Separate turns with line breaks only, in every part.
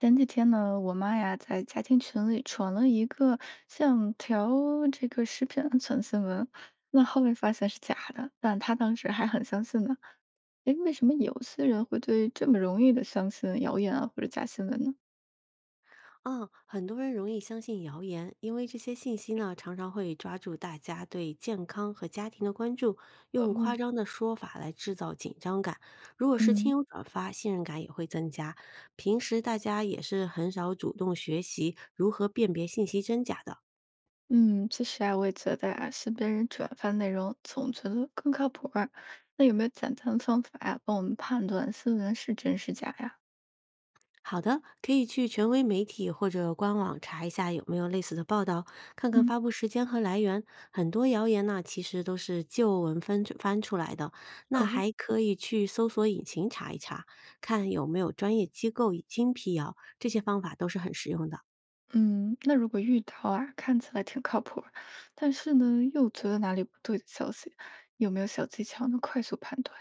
前几天呢，我妈呀在家庭群里传了一个像条这个食品安全新闻，那后面发现是假的，但她当时还很相信呢。诶，为什么有些人会对这么容易的相信谣言啊或者假新闻呢？
嗯，很多人容易相信谣言，因为这些信息呢，常常会抓住大家对健康和家庭的关注，用夸
哦，
张的说法来制造紧张感。如果是亲
嗯
友转发，信任感也会增加。平时大家也是很少主动学习如何辨别信息真假的。
嗯，其实啊，我也觉得啊，身边人转发内容总觉得更靠谱儿。那有没有简单方法呀，帮我们判断新闻是真是假呀？
好的，可以去权威媒体或者官网查一下有没有类似的报道，看看
嗯，
发布时间和来源。很多谣言呢，其实都是旧闻翻出来的。那
哦，
还可以去搜索引擎查一查，看有没有专业机构已经辟谣。这些方法都是很实用的。
嗯，那如果遇到啊，看起来挺靠谱儿但是呢，又觉得哪里不对的消息，有没有小技巧能快速判断？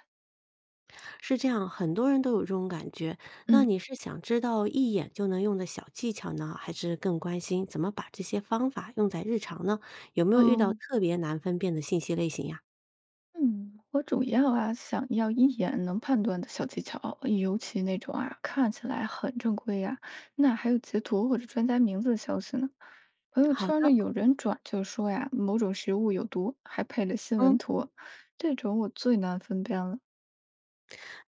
是这样，很多人都有这种感觉。那
嗯，
你是想知道一眼就能用的小技巧呢，还是更关心怎么把这些方法用在日常呢？有没有遇到
哦，
特别难分辨的信息类型呀？
嗯，我主要啊想要一眼能判断的小技巧，尤其那种啊看起来很正规呀、那还有截图或者专家名字的消息呢。朋友
好
圈呢
的。
有人转就说呀某种食物有毒，还配了新闻
嗯，
图，这种我最难分辨了。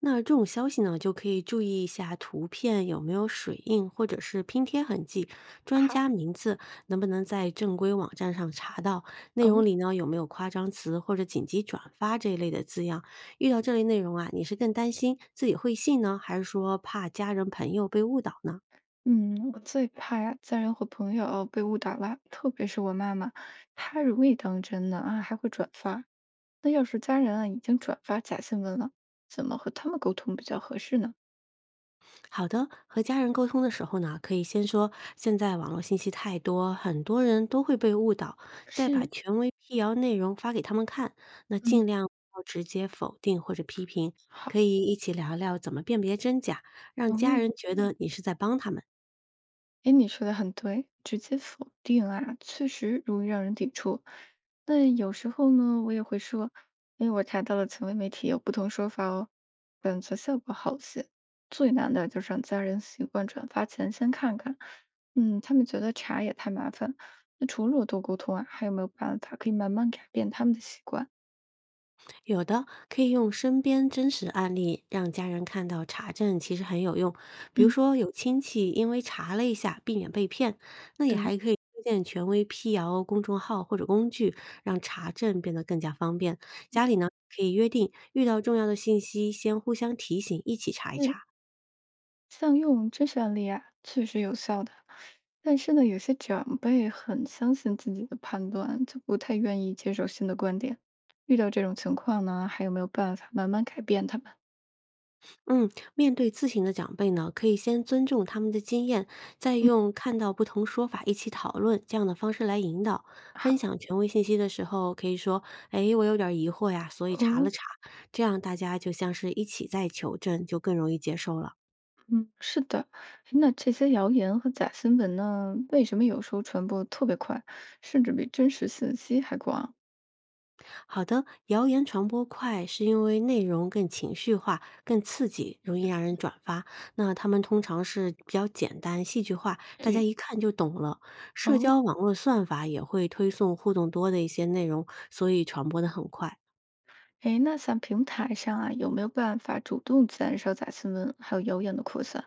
那这种消息呢，就可以注意一下图片有没有水印或者是拼贴痕迹，专
好，
家名字能不能在正规网站上查到，内容
哦。
里呢有没有夸张词或者紧急转发这一类的字样。遇到这类内容啊，你是更担心自己会信呢，还是说怕家人朋友被误导呢？
嗯，我最怕呀家人和朋友被误导了，特别是我妈妈，她容易当真呢啊，还会转发。那要是家人啊已经转发假新闻了，怎么和他们沟通比较合适呢？
好的，和家人沟通的时候呢，可以先说现在网络信息太多，很多人都会被误导，再把
是，
权威辟谣内容发给他们看。那
嗯，
尽量不要直接否定或者批评，可
好。
以一起聊聊怎么辨别真假，让家
哦，
人觉得你是在帮他们。
哎，你说的很对，直接否定啊，确实容易让人抵触。那有时候呢，我也会说，哎，我查到了权威媒体有不同说法哦，感觉效果好些。最难的就是让家人习惯转发前先看看，嗯，他们觉得查也太麻烦。那除了多沟通啊，还有没有办法可以慢慢改变他们的习惯？
有的可以用身边真实案例让家人看到查证其实很有用，比如
嗯，
说有亲戚因为查了一下避免被骗，那也还
对，
可以推荐权威辟谣公众号或者工具，让查证变得更加方便。家里呢可以约定遇到重要的信息先互相提醒，一起查一
嗯。
查。
像用真实案例啊，确实有效的。但是呢，有些长辈很相信自己的判断，就不太愿意接受新的观点。遇到这种情况呢，还有没有办法慢慢改变他们？
嗯，面对咨询的长辈呢，可以先尊重他们的经验，再用看到不同说法一起讨论这样的方式来引导。分
好，
享权威信息的时候，可以说：“哎，我有点儿疑惑呀，所以查了
哦，
查。”这样大家就像是一起在求证，就更容易接受了。
嗯，是的。那这些谣言和假新闻呢，为什么有时候传播特别快，甚至比真实信息还广？
好的，谣言传播快，是因为内容更情绪化、更刺激，容易让人转发。那他们通常是比较简单、戏剧化，大家
对，
一看就懂了。社
哦，
交网络算法也会推送互动多的一些内容，所以传播的很快。
哎，那像平台上啊，有没有办法主动减少假新闻还有谣言的扩散？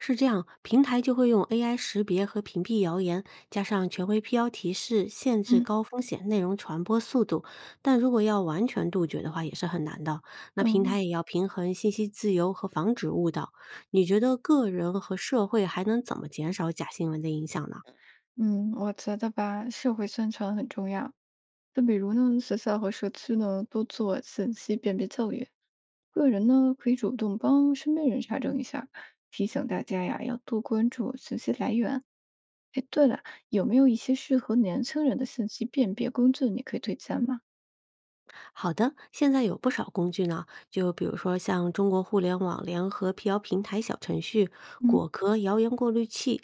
是这样，平台就会用 AI 识别和屏蔽谣言，加上权威辟谣提示，限制
嗯，
高风险内容传播速度。但如果要完全杜绝的话，也是很难的。那平
哦。
台也要平衡信息自由和防止误导。你觉得个人和社会还能怎么减少假新闻的影响呢？
嗯，我觉得吧，社会宣传很重要。就比如呢，学校和社区呢多做信息辨别教育，个人呢可以主动帮身边人查证一下，提醒大家呀要多关注信息来源。哎，对了，有没有一些适合年轻人的信息辨别工具你可以推荐吗？
好的，现在有不少工具呢，就比如说像中国互联网联合辟谣平台小程序、
嗯，
果壳谣言过滤器、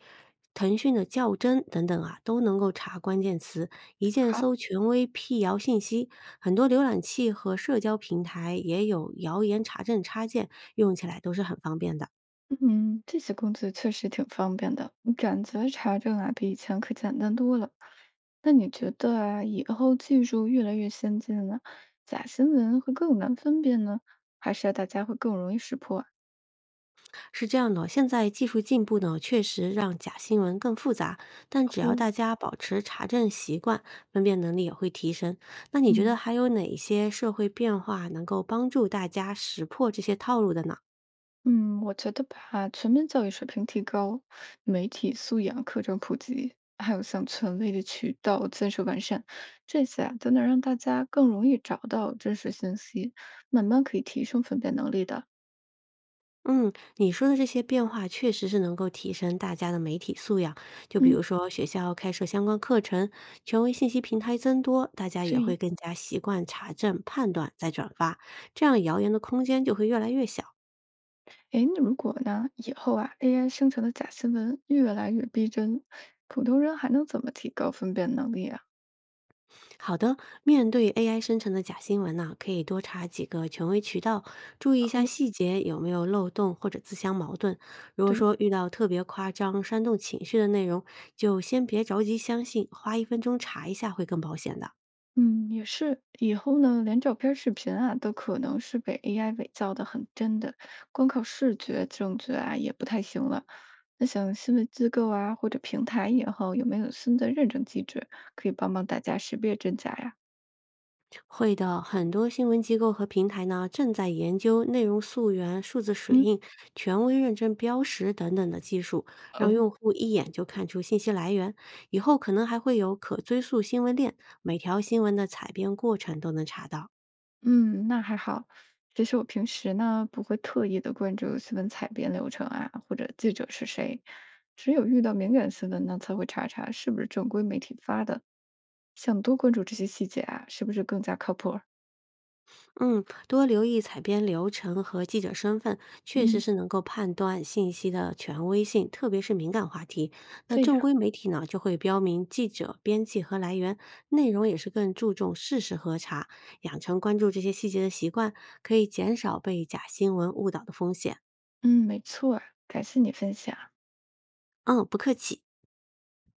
腾讯的较真等等啊，都能够查关键词，一键
好。
搜权威辟谣信息。很多浏览器和社交平台也有谣言查证插件，用起来都是很方便的。
嗯，这些工具确实挺方便的，感觉查证啊比以前可简单多了。那你觉得啊，以后技术越来越先进了，假新闻会更难分辨呢，还是要大家会更容易识破啊？
是这样的，现在技术进步呢，确实让假新闻更复杂，但只要
哦，
大家保持查证习惯，分辨能力也会提升。那你觉得
嗯
还有哪一些社会变化能够帮助大家识破这些套路的呢？
嗯，我觉得吧，全面教育水平提高，媒体素养课程普及，还有像权威的渠道建设完善，这些啊都能让大家更容易找到真实信息，慢慢可以提升分辨能力的。
嗯，你说的这些变化确实是能够提升大家的媒体素养，就比
嗯，
如说学校开设相关课程，权威信息平台增多，大家
所
也会
以
更加习惯查证、判断再转发，这样谣言的空间就会越来越小。
诶，那如果呢，以后啊，AI 生成的假新闻越来越逼真，普通人还能怎么提高分辨能力啊？
好的，面对 AI 生成的假新闻呢、可以多查几个权威渠道，注意一下
哦，
细节有没有漏洞或者自相矛盾。如果
对，
说遇到特别夸张、煽动情绪的内容，就先别着急相信，花1分钟查一下会更保险的。
嗯，也是。以后呢，连照片儿视频啊，都可能是被 AI 伪造的很真的，光靠视觉证据啊，也不太行了。那像新闻机构啊，或者平台以后有没有新的认证机制，可以帮帮大家识别真假呀？
会的，很多新闻机构和平台呢，正在研究内容溯源、数字水
嗯。
印、权威认证标识等等的技术，让
哦，
用户一眼就看出信息来源。以后可能还会有可追溯新闻链，每条新闻的采编过程都能查到。
嗯，那还好。其实我平时呢，不会特意的关注新闻采编流程啊，或者记者是谁，只有遇到敏感新闻呢，才会查查是不是正规媒体发的，想多关注这些细节啊，是不是更加靠谱儿？
嗯，多留意采编流程和记者身份，确实
嗯，
是能够判断信息的权威性，特别是敏感话题。那
对
正
呀，
规媒体呢，就会标明记者、编辑和来源，内容也是更注重事实核查，养成关注这些细节的习惯，可以减少被假新闻误导的风险。
嗯，没错啊。感谢你分享。
嗯，不客气。